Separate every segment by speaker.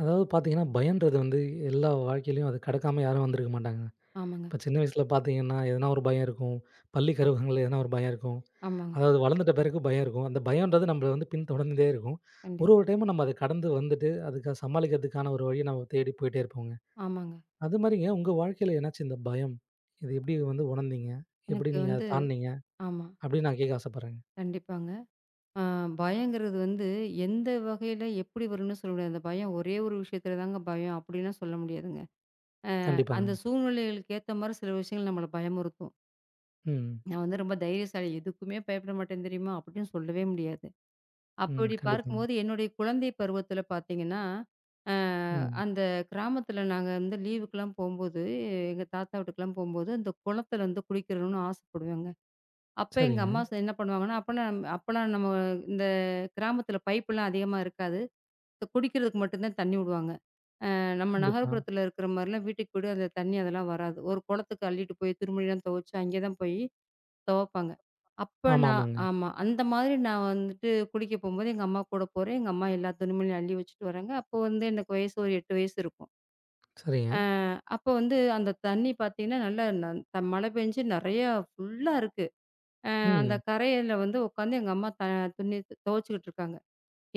Speaker 1: அதாவது பார்த்தீங்கன்னா, பயம்ன்றது வந்து எல்லா வாழ்க்கையிலயும் அது கடக்காம யாரும் வந்திருக்க மாட்டாங்க.
Speaker 2: ஆமாங்க,
Speaker 1: இப்ப சின்ன வயசுல பார்த்தீங்கன்னா, எதனா ஒரு பயம் இருக்கும். பள்ளி பருவங்கள்ல எதனா ஒரு பயம் இருக்கும்.
Speaker 2: ஆமாங்க.
Speaker 1: அதாவது வளர்ந்துட்ட பிறகு பயம் இருக்கும். அந்த பயம்ன்றது நம்மள வந்து பின்தொடர்ந்துட்டே இருக்கும். ஒரு
Speaker 2: கண்டிப்பா.
Speaker 1: ஒரு டைமும் நம்ம அத கடந்து வந்துட்டு, அதுக்கு சமாளிக்கிறதுக்கான ஒரு வழிய நம்ம தேடி போயிட்டே இருப்போங்க.
Speaker 2: ஆமாங்க.
Speaker 1: அது மாரிங்க உங்க வாழ்க்கையில எதனாச்சும் இந்த பயம், இது எப்படி வந்து உணர்ந்தீங்க? எப்படி
Speaker 2: எனக்கு
Speaker 1: நீங்க அத
Speaker 2: வந்து
Speaker 1: தாண்டுனீங்க?
Speaker 2: ஆமா.
Speaker 1: அப்படின்னு நான் கேட்க ஆசைப்படுறேங்க.
Speaker 2: கண்டிப்பாங்க. ஆ பயங்கிறது வந்து எந்த வகையில எப்படி வரும்னு சொல்ல முடியாது. அந்த பயம் ஒரே ஒரு விஷயத்துல தாங்க பயம் அப்படின்லாம் சொல்ல முடியாதுங்க.
Speaker 1: கண்டிப்பாங்க.
Speaker 2: அந்த சூழ்நிலைகளுக்கு ஏத்த மாரி சில விஷயங்கள் நம்மள பயமுறுத்தும்.
Speaker 1: ம்.
Speaker 2: நான் வந்து ரொம்ப தைரியசாலி. எதுக்குமே பயப்பட மாட்டேன் தெரியுமா? அப்படின்னு சொல்லவே முடியாது.
Speaker 1: ம்.
Speaker 2: அப்படி
Speaker 1: கண்டிப்பாங்க.
Speaker 2: பார்க்கும்போது என்னுடைய குழந்தை பருவத்துல பார்த்தீங்கன்னா, அ
Speaker 1: ம்.
Speaker 2: அந்த கிராமத்துல நாங்க வந்து லீவுக்குலாம் போம்போது, எங்க தாத்தா வீட்டுக்குலாம் போம்போது, அந்த குளத்துல வந்து குளிக்கணும்னு ஆசைப்படுவேங்க. அப்ப எங்க
Speaker 1: சரிங்க.
Speaker 2: அம்மா என்ன பண்ணுவாங்கன்னா, அப்பலாம் நம்ம இந்த கிராமத்துல பைப்புலாம் அதிகமா இருக்காது. இந்த குடிக்கிறதுக்கு மட்டும் தான் தண்ணி விடுவாங்க. நம்ம
Speaker 1: கண்டிப்பா.
Speaker 2: நகர்ப்புறத்துல இருக்கிற மாரிலாம் வீட்டுக்கு வீடு அந்த தண்ணி அதெல்லாம் வராது. ஒரு குளத்துக்கு அள்ளிட்டு போய் திருமணிலாம் துவைச்சு அங்கே தான் போய் துவைப்பாங்க. அப்ப நான்
Speaker 1: ஆமாமாங்க.
Speaker 2: ஆமா. அந்த மாதிரி நான் வந்துட்டு குளிக்க போம்போது எங்க அம்மா கூட போறேன். எங்க அம்மா எல்லா துணிமணியும் அள்ளி வச்சுட்டு வராங்க. அப்போ வந்து எனக்கு வயசு ஒரு 8 வயசு இருக்கும்.
Speaker 1: சரிங்க.
Speaker 2: அப்போ வந்து அந்த தண்ணி பார்த்தீங்கன்னா, நல்லா ந த மழை பெஞ்சு நெறையா ஃபுல்லா இருக்கு. அந்த
Speaker 1: ம்.
Speaker 2: கரையில வந்து உட்காந்து எங்க அம்மா துணி துவச்சுக்கிட்டு இருக்காங்க.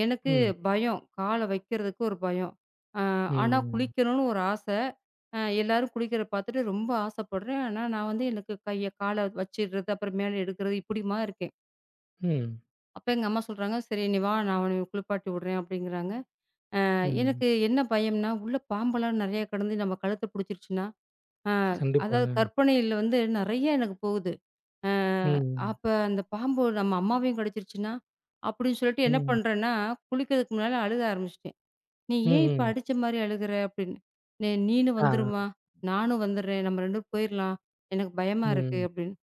Speaker 2: எனக்கு
Speaker 1: ம்.
Speaker 2: பயம். கால வைக்கிறதுக்கு ஒரு பயம். அ ஆனா
Speaker 1: ம்.
Speaker 2: குளிக்கணும்னு ஒரு ஆசை. எல்லாரும் குளிக்கிறத பார்த்துட்டு ரொம்ப ஆசைப்படுறேன். ஆனா நான் வந்து எனக்கு கைய கால வச்சிடுறது, அப்புறம் மேல எடுக்கிறது இப்படிமா இருக்கேன்.
Speaker 1: ம்.
Speaker 2: அப்ப எங்க அம்மா சொல்றாங்க, "சரி நீ வா நான் உன்னைய குளிப்பாட்டி விடுறேன்" அப்படிங்கிறாங்க. அ
Speaker 1: ம்.
Speaker 2: எனக்கு என்ன பயம்னா, உள்ள பாம்பெல்லாம் நெறையா கிடந்து நம்ம கழுத்த பிடிச்சிருச்சுன்னா, அ அதாவது
Speaker 1: கண்டிப்பாங்க.
Speaker 2: கற்பனையில வந்து நெறைய எனக்கு போகுது. அ
Speaker 1: ம்.
Speaker 2: அப்ப அந்த பாம்பு நம்ம அம்மாவையும் கடிச்சிருச்சுன்னா? அப்படின்னு சொல்லிட்டு என்ன
Speaker 1: ம்.
Speaker 2: பண்றேன்னா, குளிக்கிறதுக்கு முன்னால அழுக ஆரம்பிச்சுட்டேன். "நீ
Speaker 1: ம்.
Speaker 2: ஏன் இப்ப
Speaker 1: ம்.
Speaker 2: அடிச்ச மாரி அழுகுற?" அப்படின்னு. நீனும்
Speaker 1: ஆ.
Speaker 2: வந்துரும்மா, நானும் வந்துடுறேன். நம்ம 2 பேரும் போயிரலாம். எனக்கு பயமா இருக்கு"
Speaker 1: ம்.
Speaker 2: அப்படின்னு.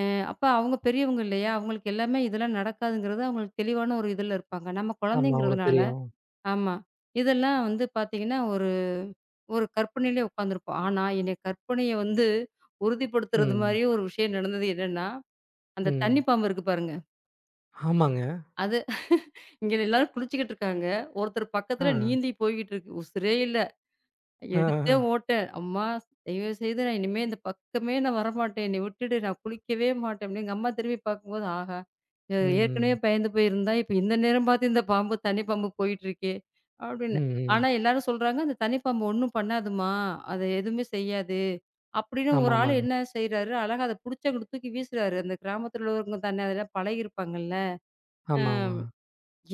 Speaker 2: அ அப்ப அவங்க பெரியவங்க இல்லையா? அவங்களுக்கு எல்லாமே இதெல்லாம் நடக்காதுங்கிறது அவங்களுக்கு தெளிவான ஒரு இதுல இருப்பாங்க. நம்ம
Speaker 1: ஆமா. அவங்களுக்கு
Speaker 2: குழந்தைங்கிறதுனால
Speaker 1: தெரியும்.
Speaker 2: ஆமா. இதெல்லாம் வந்து பார்த்தீங்கன்னா, ஒரு ஒரு கற்பனையிலே உட்காந்துருப்போம். ஆனா, என்னுடைய கற்பனைய வந்து உறுதிப்படுத்துறது
Speaker 1: ம்.
Speaker 2: மாரியே ஒரு விஷயம் நடந்தது என்னன்னா, அந்த தண்ணி
Speaker 1: ம்.
Speaker 2: பாம்பு இருக்கு பாருங்க.
Speaker 1: ஆமாங்க.
Speaker 2: அது இங்க எல்லாரும் குளிச்சுக்கிட்டு இருக்காங்க. ஒருத்தர்
Speaker 1: ஆ.
Speaker 2: பக்கத்துல நீந்தி போய்க்கிட்டு இருக்கு. உசுரே இல்ல.
Speaker 1: ஆ.
Speaker 2: எடுத்தே ஓட்டேன். "அம்மா தயவுசெய்து நான் இனிமே இந்த பக்கமே நான் வரமாட்டேன். என்னைய விட்டுடு. நான் குளிக்கவே மாட்டேன்." அப்படின்னு எங்க அம்மா திரும்பி பார்க்கும்போது, ஆஹா! அ
Speaker 1: ம். ம்.
Speaker 2: ஏற்கனவே பயந்து போயிருந்தா, இப்ப இந்த நேரம் பார்த்து இந்த பாம்பு தண்ணி பாம்பு போயிட்டு இருக்கே! அப்படின்னு.
Speaker 1: ம். ம்.
Speaker 2: ஆனா எல்லாரும் சொல்றாங்க, "அந்த தண்ணி பாம்பு ஒண்ணும் பண்ணாதும்மா. அது எதுவுமே செய்யாது." அப்படின்னு
Speaker 1: ஆமா,
Speaker 2: ஒரு ஆள் என்ன
Speaker 1: ஆமாங்க.
Speaker 2: செய்றாரு, அழகா அத புடிச்சு அங்கிட்டு தூக்கி வீசுறாரு. அந்த கிராமத்துல உள்ளவங்க தானே அதெல்லாம் பழகியிருப்பாங்கல்ல.
Speaker 1: ஆமா, ஆமா.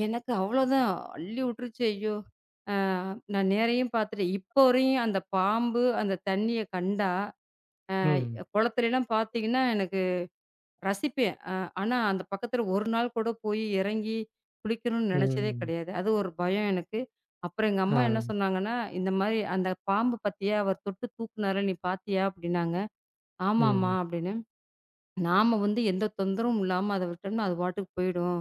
Speaker 2: எனக்கு அவ்வளோதான். அள்ளி விட்டுருச்சு. ஐயோ! அ நான் நேரயும் பார்த்துட்டேன். இப்போ வரையும் அந்த பாம்பு, அந்த தண்ணிய கண்டா,
Speaker 1: ம்.
Speaker 2: குளத்துலலாம் பார்த்தீங்கன்னா, எனக்கு ரசிப்பேன். ஆனா, அந்த பக்கத்துல ஒரு நாள் கூட போய் இறங்கி குளிக்கணும்னு நெனச்சதே
Speaker 1: ம்.
Speaker 2: கிடையாது. அது ஒரு பயம் எனக்கு. அப்புறம் எங்க அம்மா என்ன
Speaker 1: ஆ.
Speaker 2: சொன்னாங்கன்னா, "இந்த மாரி அந்த பாம்பு பார்த்தியா? அவர் தொட்டு தூக்குனார்ல நீ பார்த்தியா?" அப்படின்னாங்க. "ஆமாம்மா"
Speaker 1: ம்.
Speaker 2: அப்படின்னு. "நாம வந்து எந்த தொந்தரவும் இல்லாம அத விட்டோம்னா, அது பாட்டுக்கு போயிடும்."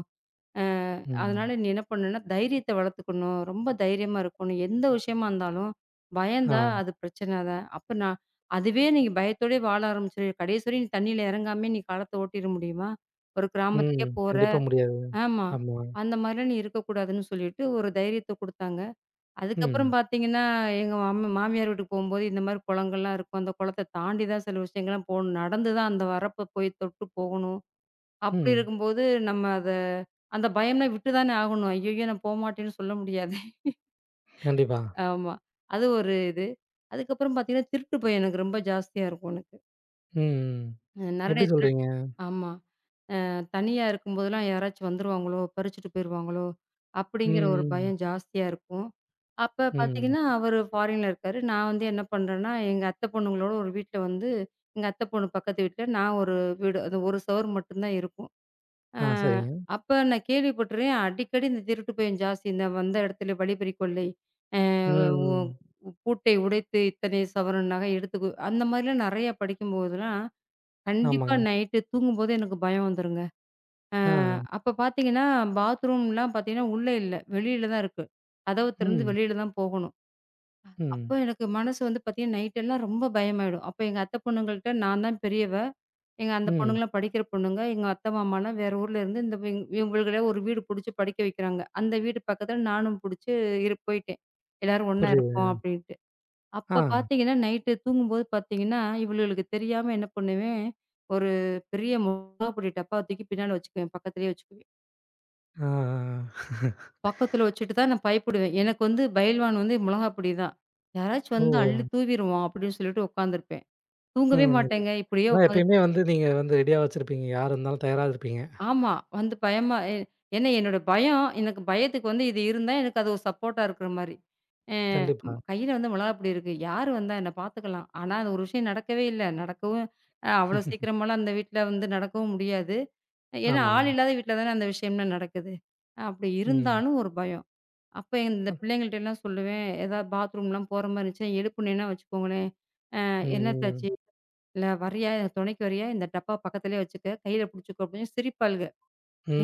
Speaker 2: அ
Speaker 1: ம்.
Speaker 2: அதனால நீ என்ன பண்ணணும்னா, தைரியத்த வளர்த்துக்கணும். ரொம்ப தைரியமா இருக்கணும். எந்த விஷயமா இருந்தாலும், பயந்தா
Speaker 1: ஆ.
Speaker 2: அது பிரச்சனை தான். அப்ப நான் அதுவே நீங்க பயத்தோடயே வாழ ஆரம்பிச்சுரு. கடைசி வரையும் நீ தண்ணீல இறங்காமயே நீ காலத்த ஓட்டிற முடியுமா? ஒரு கிராமத்துக்கே
Speaker 1: ம்.
Speaker 2: போற
Speaker 1: கண்டிப்பா முடியாது.
Speaker 2: ஆமா.
Speaker 1: ஆமா.
Speaker 2: அந்த மாரிலாம் நீ இருக்கக்கூடாதுன்னு சொல்லிட்டு ஒரு தைரியத்த குடுத்தாங்க. அதுக்கப்புறம்
Speaker 1: ம்.
Speaker 2: பார்த்தீங்கன்னா, எங்க மாமியார் வீட்டுக்கு போம்போது இந்த மாரி குளங்கள்லாம் இருக்கும். அந்த குளத்த தாண்டி தான் சில விஷயங்கள்லாம் போணும். நடந்து தான் அந்த வரப்ப போய் தொட்டு போகணும். அப்படி
Speaker 1: ம்.
Speaker 2: இருக்கும்போது, நம்ம அத அந்த பயம்னா விட்டு தானே ஆகணும். ஐய்யய்யோ! நான் போமாட்டேன்னு சொல்ல முடியாது.
Speaker 1: கண்டிப்பா.
Speaker 2: ஆமா. அது ஒரு இது. அதுக்கப்புறம் பார்த்தீங்கன்னா, திருட்டு பயம் எனக்கு ரொம்ப ஜாஸ்தியா இருக்கும் எனக்கு.
Speaker 1: ம். ம்.
Speaker 2: அ நெறைய
Speaker 1: எப்படி
Speaker 2: திருட்
Speaker 1: சொல்றீங்க?
Speaker 2: ஆமா. தனியா இருக்கும்போதெல்லாம் யாராச்சும் வந்துருவாங்களோ! பறிச்சுட்டு போயிருவாங்களோ! அப்படிங்கிற
Speaker 1: ம்.
Speaker 2: ஒரு
Speaker 1: ம்.
Speaker 2: பயம் ஜாஸ்தியா இருக்கும். அப்ப
Speaker 1: ம்.
Speaker 2: பார்த்தீங்கன்னா, அவரு ஃபாரின்ல இருக்காரு. நான் வந்து என்ன பண்றேன்னா, எங்க அத்தை பொண்ணுங்களோட ஒரு வீட்ல வந்து எங்க அத்தை பொண்ணு பக்கத்து வீட்ல, நான் ஒரு வீடு. அது ஒரு சுவர் மட்டும் தான் இருக்கும். அ
Speaker 1: ஆ, சரிங்க.
Speaker 2: அப்ப நான் கேள்விப்பட்டுறேன். அடிக்கடி இந்த திருட்டு பயம் ஜாஸ்தி. இந்த வந்த இடத்துல வழிப்பறி கொள்ளை. அ உ
Speaker 1: ம்.
Speaker 2: பூட்டை உடைத்து இத்தனை சவரன் நகை எடுத்துக்கு அந்த மாதிரிலாம் நெறைய படிக்கும்போதெல்லாம், கண்டிப்பா
Speaker 1: ஆமாங்க.
Speaker 2: நைட்டு தூங்கும்போது எனக்கு பயம் வந்துருங்க.
Speaker 1: ஆ.
Speaker 2: அப்ப பார்த்தீங்கன்னா, பாத்ரூம்லாம் பார்த்தீங்கன்னா, உள்ள இல்ல. வெளியில தான் இருக்கு. கதவு திறந்து
Speaker 1: ம்.
Speaker 2: வெளியில தான் போகணும். அப்ப
Speaker 1: ம்.
Speaker 2: எனக்கு மனசு வந்து பார்த்தீங்கன்னா, நைட் எல்லாம் ரொம்ப பயமாயிடும். அப்ப எங்க அத்தை பொண்ணுங்கள்ட்ட நான் தான் பெரியவ. எங்க அந்த
Speaker 1: ம்.
Speaker 2: பொண்ணுங்கலாம் படிக்கிற பொண்ணுங்க. எங்க அத்தை, மாமாலாம் வேற ஊர்ல இருந்து இந்த இவங்களுக்குள்ளே ஒரு வீடு புடிச்சு படிக்க வைக்கிறாங்க. அந்த வீடு பக்கத்துல நானும் புடிச்சு போயிட்டேன். எல்லாரும் ஒண்ணா இருப்போம்
Speaker 1: புரியுது.
Speaker 2: அப்படின்ட்டு.
Speaker 1: ஆ.
Speaker 2: அப்ப பார்த்தீங்கன்னா, நைட்டு தூங்கும்போது பார்த்தீங்கன்னா, இவளுகளுக்கு தெரியாம என்ன பண்ணுவேன், ஒரு பெரிய மொளகா பொடி டப்பா தூக்கி பின்னால வச்சுக்குவேன். பக்கத்துலயே வச்சுக்குவேன்.
Speaker 1: ஆ.
Speaker 2: பக்கத்துல வச்சுட்டு தான் நான் பயப்படுவேன். எனக்கு வந்து பைல்வான் வந்து மிளகா பொடி தான். யாராச்சும்
Speaker 1: ஓ!
Speaker 2: வந்தா அள்ளி தூவிருவான் அப்படின்னு சொல்லிட்டு உட்காந்துருப்பேன்.
Speaker 1: ஆ.
Speaker 2: தூங்கவே
Speaker 1: இது
Speaker 2: மாட்டேங்க. இப்படியே
Speaker 1: அதான் எப்பயுமே
Speaker 2: உட்காந்துருப்பேன்.
Speaker 1: வந்து நீங்க வந்து ரெடியா வச்சிருப்பீங்க. யார் இருந்தாலும் தயாரா இருப்பீங்க.
Speaker 2: ஆமா. வந்து பயமா எ ஏன்னா என்னோட பயம் எனக்கு பயத்துக்கு வந்து இது இருந்தா எனக்கு அது ஒரு சப்போர்ட்டா இருக்கிற மாரி. அ
Speaker 1: கண்டிப்பா.
Speaker 2: கையில வந்து மிளகா பொடி இருக்கு. யாரு வந்தா என்ன பார்த்துக்கலாம். ஆனா அது ஒரு விஷயம் நடக்கவே இல்ல. நடக்கவும் அ அவ்வளோ சீக்கிரமாலாம் அந்த வீட்ல வந்து நடக்கவும் முடியாது. ஏன்னா
Speaker 1: ஆமா.
Speaker 2: ஆள் இல்லாத வீட்ல தானே அந்த விஷயம்லாம் நடக்குது. அப்படி
Speaker 1: ம்.
Speaker 2: இருந்தாலும் ஒரு பயம். அப்ப இந்த
Speaker 1: அத்
Speaker 2: பிள்ளைங்கள்ட்ட எல்லாம் சொல்லுவேன். ஏதாவது பாத்ரூம்லாம் போற மாரி இருந்துச்சுன்னா, எழுப்புனேன்னா வச்சுக்கோங்களேன்,
Speaker 1: ம்.
Speaker 2: என்னத்தாச்சி? இல்ல வர்றியா? எனக்கு துணைக்கு வர்றியா? இந்த டப்பா பக்கத்திலேயே வச்சுக்க. கையில புடிச்சுக்கோ" அப்படின்னு சிரிப்பாளுக.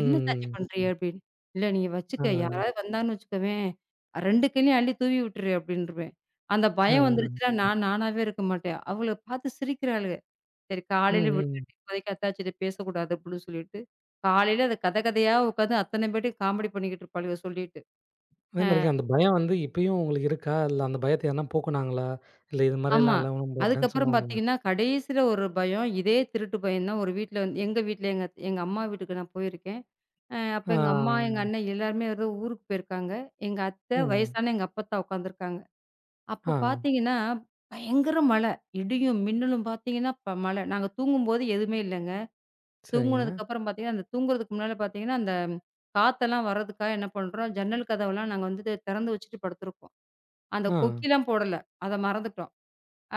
Speaker 2: "என்னத்தாச்சி பண்றீய?" அப்படின்னு. "இல்ல நீ வச்சுக்க. யாராவது
Speaker 1: ஆ.
Speaker 2: வந்தான்னு வச்சுக்கவேன், 2 கையிலயும் அள்ளி தூவி விட்டுரு" அப்படின்ருவேன். அந்த பயம்
Speaker 1: ஆ.
Speaker 2: வந்துருச்சுன்னா, நான் நானாவே இருக்க மாட்டேன். அவள பார்த்து சிரிக்கிறாளுக. சரி
Speaker 1: ம்.
Speaker 2: காலையில
Speaker 1: ம்.
Speaker 2: விடியட்டும் இப்போதைக்கு அத்தாச்சிட்ட பேசக்கூடாது அப்படின்னு சொல்லிட்டு, காலையில அத கதையா உட்காந்து அத்தன பேர்ட்டயும் காமெடி பண்ணிக்கிட்டு இருப்பாளுக சொல்லிட்டு.
Speaker 1: அதே மாரிங்க அந்த பயம் வந்து இப்பயும் உங்களுக்கு இருக்கா? இல்ல அந்த பயத்த யாருனா போக்குனாங்களா? இல்ல இது
Speaker 2: ஆமா.
Speaker 1: மாரிலாம் இல்ல உனக்கு அப்டின்னு
Speaker 2: அதுக்கப்புறம்
Speaker 1: சொன்னாங்களா?
Speaker 2: பார்த்தீங்கன்னா, கடைசியில ஒரு பயம். இதே திருட்டு பயம் தான் ஒரு வீட்ல வந்து எங்க வீட்ல எங்க எங்க அம்மா வீட்டுக்கு நான் போயிருக்கேன். அப்ப
Speaker 1: ஆ.
Speaker 2: எங்க அம்மா, எங்க அண்ணன் எல்லாருமே ஏதோ ஊருக்கு போயிருக்காங்க. எங்க அத்தை,
Speaker 1: ம்.
Speaker 2: வயசான எங்க அப்பத்தா உட்காந்துருக்காங்க. அப்ப
Speaker 1: ஆ.
Speaker 2: பார்த்தீங்கன்னா, பயங்கர மழை. இடியும், மின்னலும் பார்த்தீங்கன்னா, மழை. நாங்க தூங்கும்போது எதுவுமே இல்லங்க.
Speaker 1: சரிங்க.
Speaker 2: தூங்குனதுக்கப்புறம் பார்த்தீங்கன்னா, அந்த தூங்குறதுக்கு முன்னால பார்த்தீங்கன்னா, அந்த காத்தெல்லாம் வர்றதுக்காக என்ன பண்றோம், ஜன்னல் கதவெல்லாம் நாங்க வந்து திறந்து வச்சுட்டு படுத்திருக்கோம். அந்த
Speaker 1: ஆ.
Speaker 2: கொக்கிலாம் போடல. அத மறந்துட்டோம்.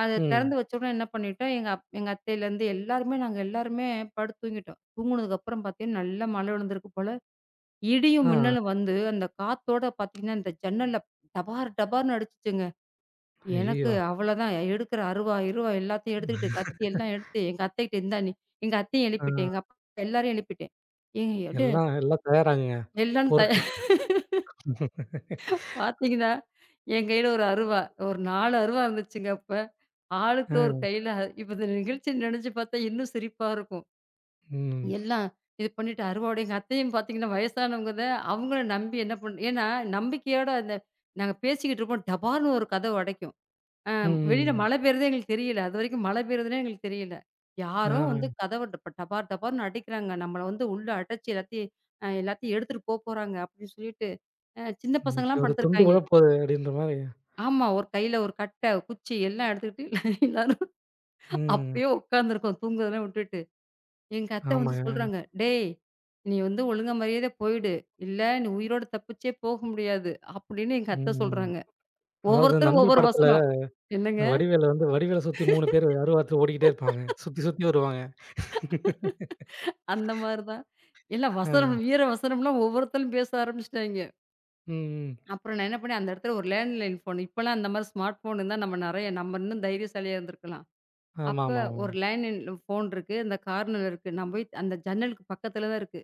Speaker 2: அத
Speaker 1: ம்.
Speaker 2: திறந்து வச்சவுடனே என்ன பண்ணிட்டோம், எங்க அத்தையிலேருந்து நாங்க எல்லாருமே படுத்து தூங்கிட்டோம். தூங்குனதுக்கப்புறம் பார்த்தீங்கன்னா, நல்லா மழை விழுந்திருக்கு போல. இடியும்,
Speaker 1: ஆ.
Speaker 2: மின்னலும் வந்து அந்த காத்தோட பார்த்தீங்கன்னா, இந்த ஜன்னல்ல டபார் டபார்ன்னு அடிச்சுச்சுங்க. எனக்கு
Speaker 1: ஐயய்யோ!
Speaker 2: அவ்வளோதான் எடுக்கிற அருவா, இருவா எல்லாத்தையும் எடுத்துக்கிட்டு, கத்தி எல்லாம் எடுத்து எங்க அத்தைகிட்ட இந்தா நீ எங்க அத்தையும் எழுப்பிட்டேன். எங்க
Speaker 1: ஆ.
Speaker 2: அப்பா எல்லாரையும் எழுப்பிட்டேன். ஏங்க எடு
Speaker 1: எல்லாம் எல்லாம் தயாராங்க.
Speaker 2: எல்லாரும் த
Speaker 1: போருக்கு
Speaker 2: பார்த்தீங்கன்னா, என் கையில ஒரு அருவா. ஒரு 4 அருவா இருந்துச்சுங்க அப்ப. ஆளுக்கு ஒரு
Speaker 1: ஆ,
Speaker 2: கையில இப்ப இந்த நிகழ்ச்சி நினைச்சு பார்த்தா இன்னும் சிரிப்பா இருக்கும்.
Speaker 1: ம்.
Speaker 2: எல்லாம் இது பண்ணிட்டு அருவாவோட எங்க அத்தையும் பார்த்தீங்கன்னா வயசானவங்க தான். அவங்கள நம்பி என்ன பண்ண ஏன்னா நம்பிக்கையோட அந்த நாங்க பேசிக்கிட்டு இருப்போம். டபார்ன்னு ஒரு கதவு அடைக்கும். அ வெளியில
Speaker 1: ம்.
Speaker 2: மழை பெய்றதே எங்களுக்கு தெரியல. அதுவரைக்கும் மழை பெய்றதுன்னே எங்களுக்கு தெரியல.
Speaker 1: ஆ,
Speaker 2: யாரோ வந்து கதவ டபார் டபார்ன்னு அடைக்கிறாங்க. நம்மள வந்து உள்ள அடைச்சு எல்லாத்தையும் எல்லாத்தையும் எடுத்துட்டு போறாங்க அப்படின்னு சொல்லிட்டு, சின்ன
Speaker 1: இன்னைக்கு
Speaker 2: பசங்கலாம்
Speaker 1: ஒரு துண்டு
Speaker 2: படுத்துருக்காய்ங்க.
Speaker 1: உழப்போது அப்படின்ற மாரி.
Speaker 2: ஆமா. ஒரு கையில ஒரு கட்டை, குச்சி எல்லாம் எடுத்துக்கிட்டு எல்லாரும்
Speaker 1: ம்.
Speaker 2: அப்படியே உட்காந்துருக்கோம் தூங்குறதெல்லாம் விட்டுட்டு. எங்க அத்தை வந்து
Speaker 1: ஆமாங்க.
Speaker 2: சொல்றாங்க, "டேய்! நீ வந்து ஒழுங்கா மரியாதையா போயிடு. இல்ல நீ உயிரோட தப்பிச்சே போக முடியாது." அப்படின்னு எங்க அத்தை
Speaker 1: ம்.
Speaker 2: சொல்றாங்க.
Speaker 1: அதாவது
Speaker 2: ஒவ்வொருத்தரும்
Speaker 1: நண்பர்
Speaker 2: ஒவ்வொரு
Speaker 1: படத்துல
Speaker 2: வசனம். என்னங்க?
Speaker 1: இந்த வடிவேல வந்து வடிவேல சுத்தி 3 பேரு அருவாத்துல ஓடிக்கிட்டே இருப்பாங்க. சுத்தி சுத்தி வருவாங்க.
Speaker 2: அந்த மாரி தான். எல்லாம் வசனம்
Speaker 1: ஆ.
Speaker 2: வீர வசனம்லாம் ஒவ்வொருத்தரும் பேச ஆரம்பிச்சுட்டாய்ங்க.
Speaker 1: ம்.
Speaker 2: அப்புறம் நான் என்ன பண்ணேன், அந்த இடத்துல ஒரு லேண்ட்லைன் ஃபோன். இப்பலாம் அந்த மாரி ஸ்மார்ட் ஃபோன் இருந்தா நம்ம நெறைய நம்ம இன்னும் தைரியசாலியா இருந்திருக்கலாம். அப்ப
Speaker 1: ஆமாமாமா.
Speaker 2: ஒரு லேண்ட்லைன் ஃபோன் இருக்கு. அந்த கார்னர்ல இருக்கு. நான் போய் அந்த ஜன்னலுக்கு பக்கத்துல தான் இருக்கு.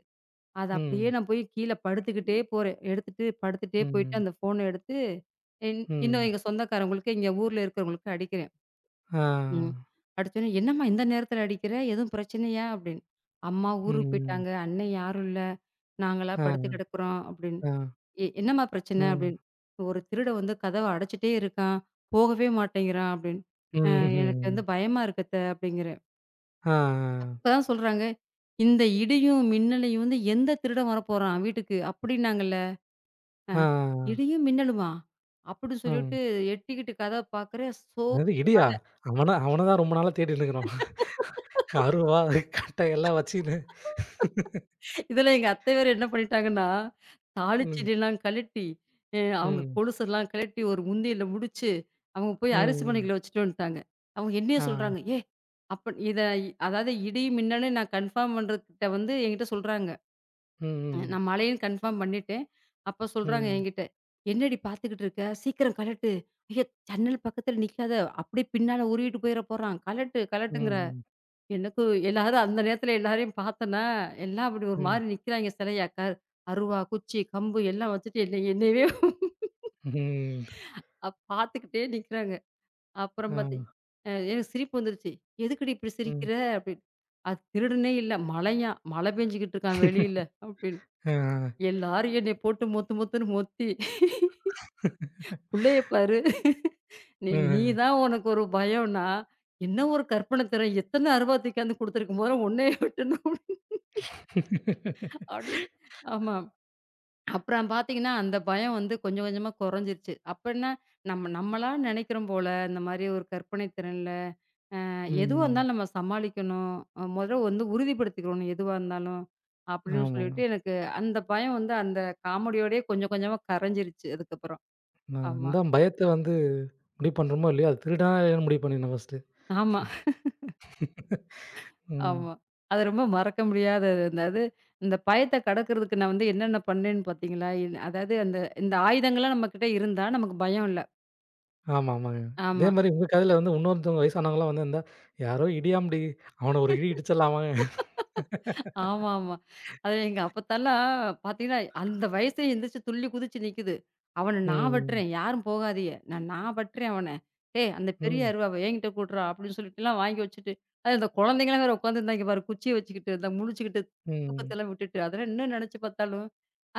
Speaker 2: அது அப்படியே
Speaker 1: ம்.
Speaker 2: நான் போய் கீழ படுத்துக்கிட்டே போறேன். எடுத்துட்டு படுத்துட்டே போயிட்டு
Speaker 1: ம்.
Speaker 2: அந்த ஃபோன எடுத்து, இன்னும்
Speaker 1: ம்.
Speaker 2: எங்க சொந்தக்காரவங்களுக்கு, இங்க ஊர்ல இருக்கிறவங்களுக்கு அடிக்கிறேன். ம்.
Speaker 1: ஆ.
Speaker 2: அடிச்சோனே, "என்னம்மா இந்த நேரத்தில அடிக்கிற? எதுவும் பிரச்சனையா?" அப்படின்னு. "அம்மா ஊருக்கு
Speaker 1: ம்.
Speaker 2: போயிட்டாங்க. அண்ணன் யாரும் இல்ல. நாங்களா படுத்து
Speaker 1: ஆ.
Speaker 2: கிடக்குறோம்" அப்படின்னு.
Speaker 1: ஆ.
Speaker 2: என்னம்மா
Speaker 1: ஆ.
Speaker 2: பிரச்சனை?" அப்படின்னு. "ஒரு திருடன் வந்து கதவ அடைச்சுட்டே இருக்கான். போகவே மாட்டேங்கிறான்" அப்படின்னு. "அ எனக்கு
Speaker 1: ம்ஹ்ம்.
Speaker 2: வந்து பயமா இருக்கு அத்த" அப்படிங்கிறேன்.
Speaker 1: ஆ.
Speaker 2: அப்பதான் சொல்றாங்க, "இந்த இடியும், மின்னலையும் வந்து எந்த திருடன் வரப்போறான் வீட்டுக்கு?" அப்படின்னாங்கல்ல. அ
Speaker 1: ஆ. ஆ.
Speaker 2: இடியும் மின்னலுமா? அப்படி சொல்லிட்டு
Speaker 1: ம்.
Speaker 2: எட்டிக்கிட்டு கதவ பார்க்குறேன். சோ
Speaker 1: என்னது
Speaker 2: மழ.
Speaker 1: இடியா? அவன அவன தான் ரொம்ப நாளா தேடின்னு இருக்கிறோம். அருவா, கட்டை எல்லாம் வச்சுக்கின்னு
Speaker 2: இதில எங்க அத்தை வேற என்ன பண்ணிட்டாங்கன்னா,
Speaker 1: ம், ம்,
Speaker 2: தாலிச்சீனிலாம் கழட்டி, அவங்க
Speaker 1: ம்,
Speaker 2: கொலுசெல்லாம் கழட்டி ஒரு உண்டியல்ல முடிச்சு, அவங்க போய் அரிசி
Speaker 1: ம்.
Speaker 2: மணிக்குள்ள வச்சுட்டு வந்துட்டாங்க. அவங்க என்னைய
Speaker 1: ஆ,
Speaker 2: சொல்றாங்க, "ஏய்! அப்ப இத அதாவது இடி மின்னல்ன்னு நான் கன்ஃபார்ம் பண்றதுக்கிட்ட வந்து என்கிட்ட சொல்றாங்க."
Speaker 1: ம், ம்,
Speaker 2: நான் மழைன்னு கன்ஃபார்ம் பண்ணிட்டேன். அப்ப சொல்றாங்க
Speaker 1: ம்,
Speaker 2: என்கிட்ட, "என்னடி பார்த்துக்கிட்டு இருக்க? சீக்கிரம் கழட்டு. ஐயோ! ஜன்னல் பக்கத்துல நிக்காத. அப்படியே பின்னால உருவிட்டு போயிற போறான். கழட்டு, கழட்டுங்கிற."
Speaker 1: ம்,
Speaker 2: எனக்கு எல்லாரும் அந்த நேரத்துல எல்லாரையும் பார்த்தேனா, எல்லாம் அப்படி ஒரு மாரி நிக்கிறாங்க சிலையா. அருவா, குச்சி, கம்பு எல்லாம் வச்சுட்டு என்னையவே
Speaker 1: ம்,
Speaker 2: பார்த்துக்கிட்டே நிக்கிறாங்க. அப்புறம்
Speaker 1: ஆ,
Speaker 2: பார்த்து எனக்கு சிரிப்பு வந்துருச்சு. "எதுக்குடி இப்படி
Speaker 1: ம். ஆ, ம்
Speaker 2: சிரிக்கிற?" அப்படின்னு. அது திருடனே இல்ல. மழையாம். மழை பெஞ்சுகிட்டு இருக்கான் வெளியில. அப்படி
Speaker 1: ஆ.
Speaker 2: எல்லாரும் என்னைய போட்டு மொத்து மொத்துன்னு மொத்தி, "புள்ளைய பாரு, நீ நீ
Speaker 1: ம்.
Speaker 2: தான் உனக்கு ஒரு பயம்னா, என்ன ஒரு கற்பனை திறன்! எத்தன அருவா தூக்கியாந்து குடுத்துருக்கு! மொத உன்னைய வெட்டணும்" அப்படின்னு. ஆமா. அப்புறம் பார்த்தீங்கன்னா, அந்த பயம் வந்து கொஞ்சம் கொஞ்சமா கொறஞ்சிருச்சு. அப்ப என்ன, நம்ம நம்மளா நெனைக்கிறோம் போல, இந்த மாரி ஒரு கற்பனை திறன்ல, அ எதுவா
Speaker 1: ம்.
Speaker 2: இருந்தாலும் நம்ம சமாளிக்கணும். மொதல்ல வந்து உறுதிப்படுத்திக்கணும் எதுவா இருந்தாலும், அப்படின்னு
Speaker 1: ஆமா.
Speaker 2: சொல்லிட்டு எனக்கு அந்த பயம் வந்து அந்த காமெடியோடயே கொஞ்சம் கொஞ்சமா கரஞ்சிருச்சு அதுக்கப்புறம்.
Speaker 1: நான்
Speaker 2: ஆமா.
Speaker 1: அதான் பயத்த வந்து முடிவு பண்றோமோ இல்லையோ, அது திருடனா இல்லையான்னு முடிவு பண்ணிடணும் ஃபர்ஸ்ட்டு.
Speaker 2: ஆமா,
Speaker 1: ம்.
Speaker 2: ஆமா. அது ரொம்ப மறக்க முடியாத அதாவது, இந்த பயத்த கடக்கிறதுக்கு நான் வந்து என்னென்ன பண்ணேன்னு பார்த்தீங்களா? அதாவது அந்த இந்த ஆயுதங்கள்லாம் நம்மகிட்ட இருந்தா நமக்கு பயம் இல்ல.
Speaker 1: ஆமா, ஆமாங்க. இதே
Speaker 2: ஆமா.
Speaker 1: மாரி உங்க கதையில வந்து இன்னொருத்தவங்க வயசானவங்கலாம் வந்திருந்தா, "யாரோ இடியாம்டி, அவன ஒரு இடி இடிச்சிடலாமா?"
Speaker 2: ஆமாமா. அது எங்க அப்பத்தாலாம் பார்த்தீங்கன்னா, அந்த வயசுலயே எந்திரிச்சு துள்ளி குதிச்சு நிக்குது. "அவன நான்
Speaker 1: ம்,
Speaker 2: வெட்டுறேன். யாரும் போகாதீய. நான் நான் வெட்டுறேன் அவன. டேய் அந்த பெரிய
Speaker 1: ம்,
Speaker 2: அருவாவ என்கிட்ட குட்றா" அப்படின்னு சொல்லிட்டுலாம் வாங்கி வச்சுட்டு, அது இந்த குழந்தைங்கலாம் வேற உட்காந்துருந்தாய்ங்க பாரு. குச்சிய வச்சுக்கிட்டு, இந்த முழிச்சுக்கிட்டு,
Speaker 1: ம்.
Speaker 2: தூக்கத்தெல்லாம் விட்டுட்டு. அதெல்லாம் இன்னும் நெனச்சு பார்த்தாலும்,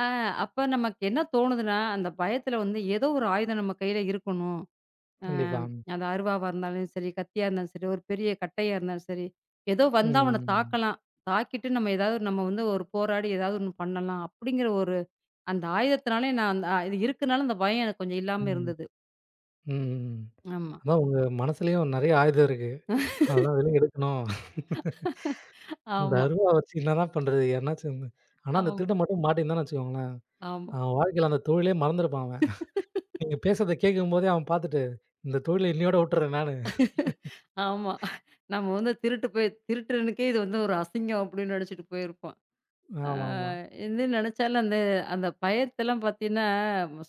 Speaker 2: அ அப்ப நமக்கு என்ன தோணுதுன்னா, அந்த பயத்துல வந்து ஏதோ ஒரு ஆயுதம் நம்ம கையில இருக்கணும்.
Speaker 1: கண்டிப்பா.
Speaker 2: அம் அது அருவாவா இருந்தாலும் சரி, கத்தியா இருந்தாலும் சரி, ஒரு பெரிய கட்டையா இருந்தாலும் சரி, ஏதோ வந்தா அவன
Speaker 1: ம்,
Speaker 2: தாக்கலாம். தாக்கிட்டு நம்ம ஏதாவது ஒரு- நம்ம வந்து ஒரு போராடி ஏதாவது ஒண்ணு பண்ணலாம். அப்படிங்கிற ஒரு அந்த ஆயுதத்தினாலே நான் அந்த ஆ, இது இருக்கனால அந்த பயம் எனக்கு கொஞ்சம் இல்லாம
Speaker 1: ம்,
Speaker 2: இருந்தது.
Speaker 1: ம்.
Speaker 2: ஆமா.
Speaker 1: அதான் உங்க மனசுலயும் நெறைய ஆயுதம் இருக்கு. அதெல்லாம் வெளிய எடுக்கணும். இந்த
Speaker 2: ஆமா,
Speaker 1: அருவா வச்சு என்னடா பண்றது? யாருனாச்சும் வந்து ஆனா அந்த
Speaker 2: ஆமா,
Speaker 1: திருடன் மட்டும் மாட்டியிருந்தான்னு வச்சுக்கோங்களேன்,
Speaker 2: ஆமா,
Speaker 1: அவன் வாழ்க்கையில அந்த தொழிலே மறந்திருப்பான் அவன். நீங்க பேசுறத கேட்கும்போதே அவன் பார்த்துட்டு, இந்த தொழில இன்னையோட விட்டுறேன் நானு.
Speaker 2: ஆமா. நம்ம வந்து திருட்டு போய் திருடனுக்கே இது வந்து ஒரு அசிங்கம் அப்படின்னு நெனச்சுட்டு போயிருப்போம். அ
Speaker 1: ஆமாமா.
Speaker 2: இது நெனச்சாலும் அந்த அந்த பயத்தெல்லாம் பார்த்தீங்கன்னா,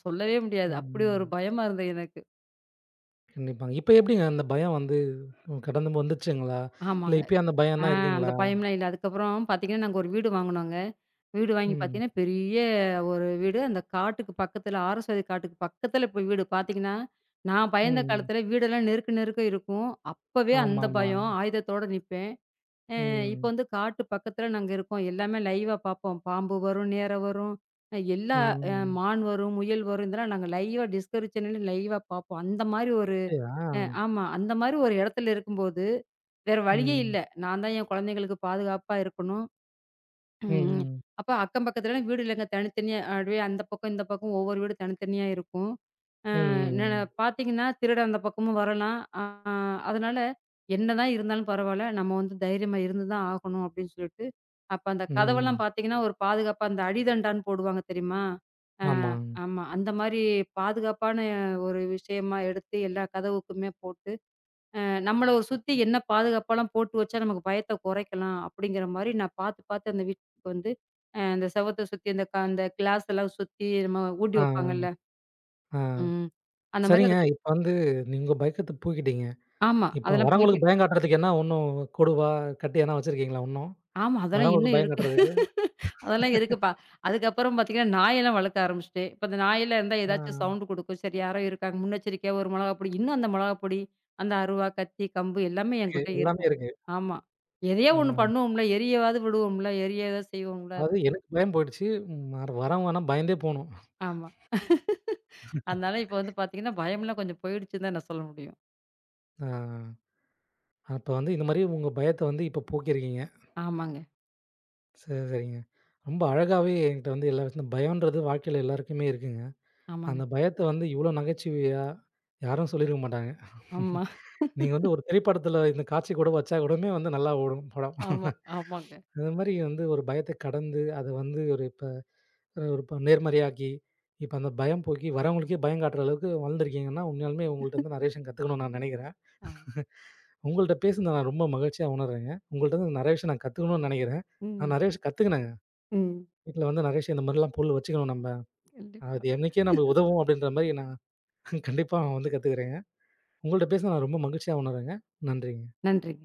Speaker 2: சொல்லவே முடியாது. அப்படி ஒரு
Speaker 1: ம்.
Speaker 2: பயமா இருந்தது எனக்கு.
Speaker 1: கண்டிப்பாங்க. இப்ப எப்படிங்க அந்த பயம் வந்து கடந்து வந்துருச்சுங்களா? இல்ல
Speaker 2: ஆமாங்க.
Speaker 1: இப்பயும் அந்த பயம்
Speaker 2: ஆ
Speaker 1: தான்
Speaker 2: அந்த
Speaker 1: இருக்குங்களா?
Speaker 2: பயம்லாம் இல்ல. அதுக்கப்புறம் பார்த்தீங்கன்னா, நாங்க ஒரு வீடு வாங்குனோங்க. வீடு வாங்கி
Speaker 1: ம்.
Speaker 2: பார்த்தீங்கன்னா, பெரிய ஒரு வீடு. அந்த காட்டுக்கு பக்கத்துல ஆரஸ்வதி காட்டுக்கு பக்கத்துல போய் வீடு. பார்த்தீங்கன்னா, நான் பயந்த
Speaker 1: ம்.
Speaker 2: காலத்துல வீடெல்லாம் நெருக்க நெருக்க இருக்கும். அப்பவே அந்த
Speaker 1: ஆமாமா.
Speaker 2: பயம் ஆயுதத்தோட நிப்பேன். அ இப்ப
Speaker 1: ம்.
Speaker 2: வந்து காட்டு பக்கத்துல நாங்க இருக்கோம். எல்லாமே லைவா பார்ப்போம். பாம்பு வரும், நேர வரும். எல்லா அ
Speaker 1: ம்.
Speaker 2: மான் வரும், முயல் வரும். இதெல்லாம் நாங்க லைவா டிஸ்கவரி சேனல்ல லைவா பார்ப்போம். அந்த மாரி ஒரு
Speaker 1: அப்படியா?
Speaker 2: அ ஆமா. அந்த மாரி ஒரு இடத்துல இருக்கும்போது, வேற வழியே
Speaker 1: ம்.
Speaker 2: இல்ல. நான் தான் என் குழந்தைங்களுக்கு பாதுகாப்பா இருக்கணும்.
Speaker 1: ம்.
Speaker 2: ம்.
Speaker 1: ம்.
Speaker 2: அப்ப அக்கம் பக்கத்துலலாம் வீடு இல்லங்க. தனித்தனியா அப்படியே அந்த பக்கம், இந்த பக்கம் ஒவ்வொரு வீடு தனித்தனியா இருக்கும். அ ந
Speaker 1: ம்.
Speaker 2: பார்த்தீங்கன்னா, திருடன் அந்த பக்கமும் வரலாம். அதனால என்னதான் இருந்தாலும் பரவால்ல. நம்ம வந்து தைரியமா இருந்து தான் ஆகணும் அப்படின்னு சொல்லிட்டு, அப்ப அந்த
Speaker 1: ம்.
Speaker 2: கதவெல்லாம்
Speaker 1: ம்.
Speaker 2: பார்த்தீங்கன்னா, ஒரு பாதுகாப்பா அந்த அடிதண்டான்னு போடுவாங்க தெரியுமா? அ
Speaker 1: ஆமா.
Speaker 2: ஆமா. அந்த மாரி பாதுகாப்பான ஒரு விஷயமா எடுத்து எல்லா கதவுக்குமே போட்டு நம்மள ஒரு சுத்தி என்ன பாதுகாப்பெல்லாம் போட்டு வச்சா நமக்கு பயத்த குறைக்கலாம். அப்படிங்கிற மாரி நான் பார்த்து, பார்த்து அந்த வீட்டுக்கு வந்து அந்த செவத்த சுத்தி அந்த அந்த கிளாஸ் எல்லாம் சுத்தி நம்ம ஊட்டி வைப்பாங்கல்ல.
Speaker 1: ஆ. ஆ.
Speaker 2: ம். அந்த மாரி
Speaker 1: சரிங்க.
Speaker 2: அதுக்கு
Speaker 1: இப்ப வந்து நீங்க பயக்கத்த போக்கிட்டீங்க.
Speaker 2: ஆமா.
Speaker 1: இப்ப
Speaker 2: அதெல்லாம்
Speaker 1: வரவங்களுக்கு
Speaker 2: போய்க்கிட்டு
Speaker 1: பயம் காட்டுறதுக்கு என்ன ஒண்ணும் கொடுவா, கட்டி எதனா வச்சிருக்கீங்களா இன்னும்?
Speaker 2: ஆமா. அதெல்லாம்
Speaker 1: வரவங்களுக்கு
Speaker 2: இன்னும்
Speaker 1: பயம்
Speaker 2: இருக்கு.
Speaker 1: காட்டுறதுக்கு?
Speaker 2: அதெல்லாம் இருக்குப்பா. அதுக்கப்புறம் பார்த்தீங்கன்னா, நாயெல்லாம் வளர்க்க ஆரம்பிச்சுட்டேன். இப்ப அந்த நாயெல்லாம் இருந்தா
Speaker 1: ஆ,
Speaker 2: ஏதாச்சும் சவுண்ட் குடுக்கும். சரி யாரோ இருக்காங்க. முன்னெச்சரிக்கையா ஒரு மிளகா பொடி இன்னும் அந்த மிளகா பொடி, அந்த அருவா, கத்தி, கம்பு எல்லாமே
Speaker 1: இருக்கு.
Speaker 2: என்கிட்ட
Speaker 1: எல்லாமே
Speaker 2: இருக்கும்.
Speaker 1: இருக்கு.
Speaker 2: ஆமா. எதையோ
Speaker 1: ஆ,
Speaker 2: ஒண்ணு பண்ணுவோம்ல. எரியவாவது விடுவோம்ல. எரிய ஏதாவது செய்வோம்ல.
Speaker 1: அதாவது எனக்கு பயம் போயிடுச்சு. ம் வர வரவங்க ஆனா பயந்தே போணும்.
Speaker 2: ஆமா. அதனால இப்ப வந்து பார்த்தீங்கன்னா, பயம்லாம் கொஞ்சம் போயிடுச்சுன்னு தான் நான் சொல்ல முடியும்.
Speaker 1: ஆ, அப்ப வந்து இந்த மாரி உங்க பயத்த வந்து இப்ப போக்கியிருக்கீங்க.
Speaker 2: ஆமாங்க,
Speaker 1: சரி, சரிங்க. ரொம்ப அழகாவே என்கிட்ட வந்து எல்லா விஷயத்துலயும் பயம்ன்றது வாழ்க்கையில எல்லாருக்குமே இருக்குங்க.
Speaker 2: ஆமாங்க.
Speaker 1: அந்த பயத்த வந்து இவ்ளோ நகைச்சுவையா யாரும் சொல்லியிருக்க மாட்டாங்க.
Speaker 2: ஆமா,
Speaker 1: நீங்க வந்து ஒரு திரைப்படத்துல இந்த காட்சி கூட வச்சா கூடமே வந்து நல்லா ஓடும் படம்.
Speaker 2: ஆமா, ஆமாங்க.
Speaker 1: அது மாரி வந்து ஒரு பயத்த கடந்து, அத வந்து ஒரு இப்ப ஒரு இப்ப நேர்மறையாக்கி, இப்ப அந்த பயம் போக்கி வரவங்களுக்கே பயம் காட்டுற அளவுக்கு வளர்ந்துருக்கீங்கன்னா, உண்மையாலுமே உங்கள்ட்ட இருந்து நிறைய விஷயம் கத்துக்கணும்னு நான் நினைக்கிறேன்.
Speaker 2: ஆமா.
Speaker 1: உங்கள்ட்ட பேசுனத நான் ரொம்ப மகிழ்ச்சியா உணர்றேங்க. உங்கள்ட்ட இருந்து நிறைய விஷயம் நான் கத்துக்கணும்னு நினைக்கிறேன். நான்
Speaker 2: ம்,
Speaker 1: நிறைய விஷயம் கத்துக்கினேங்க.
Speaker 2: ம்.
Speaker 1: வீட்ல வந்து நிறைய விஷயம் இந்த மாரிலாம் பொருள் வச்சுக்கணும் நம்ம.
Speaker 2: கண்டிப்பா.
Speaker 1: அது என்னைக்கே நமக்கு உதவும் அப்படின்ற மாரி நான் கண்டிப்பா வந்து கத்துக்கிறேங்க. உங்கள்ட்ட பேசுனது நான் ரொம்ப மகிழ்ச்சியா உணர்றேங்க. நன்றிங்க.
Speaker 2: நன்றிங்க.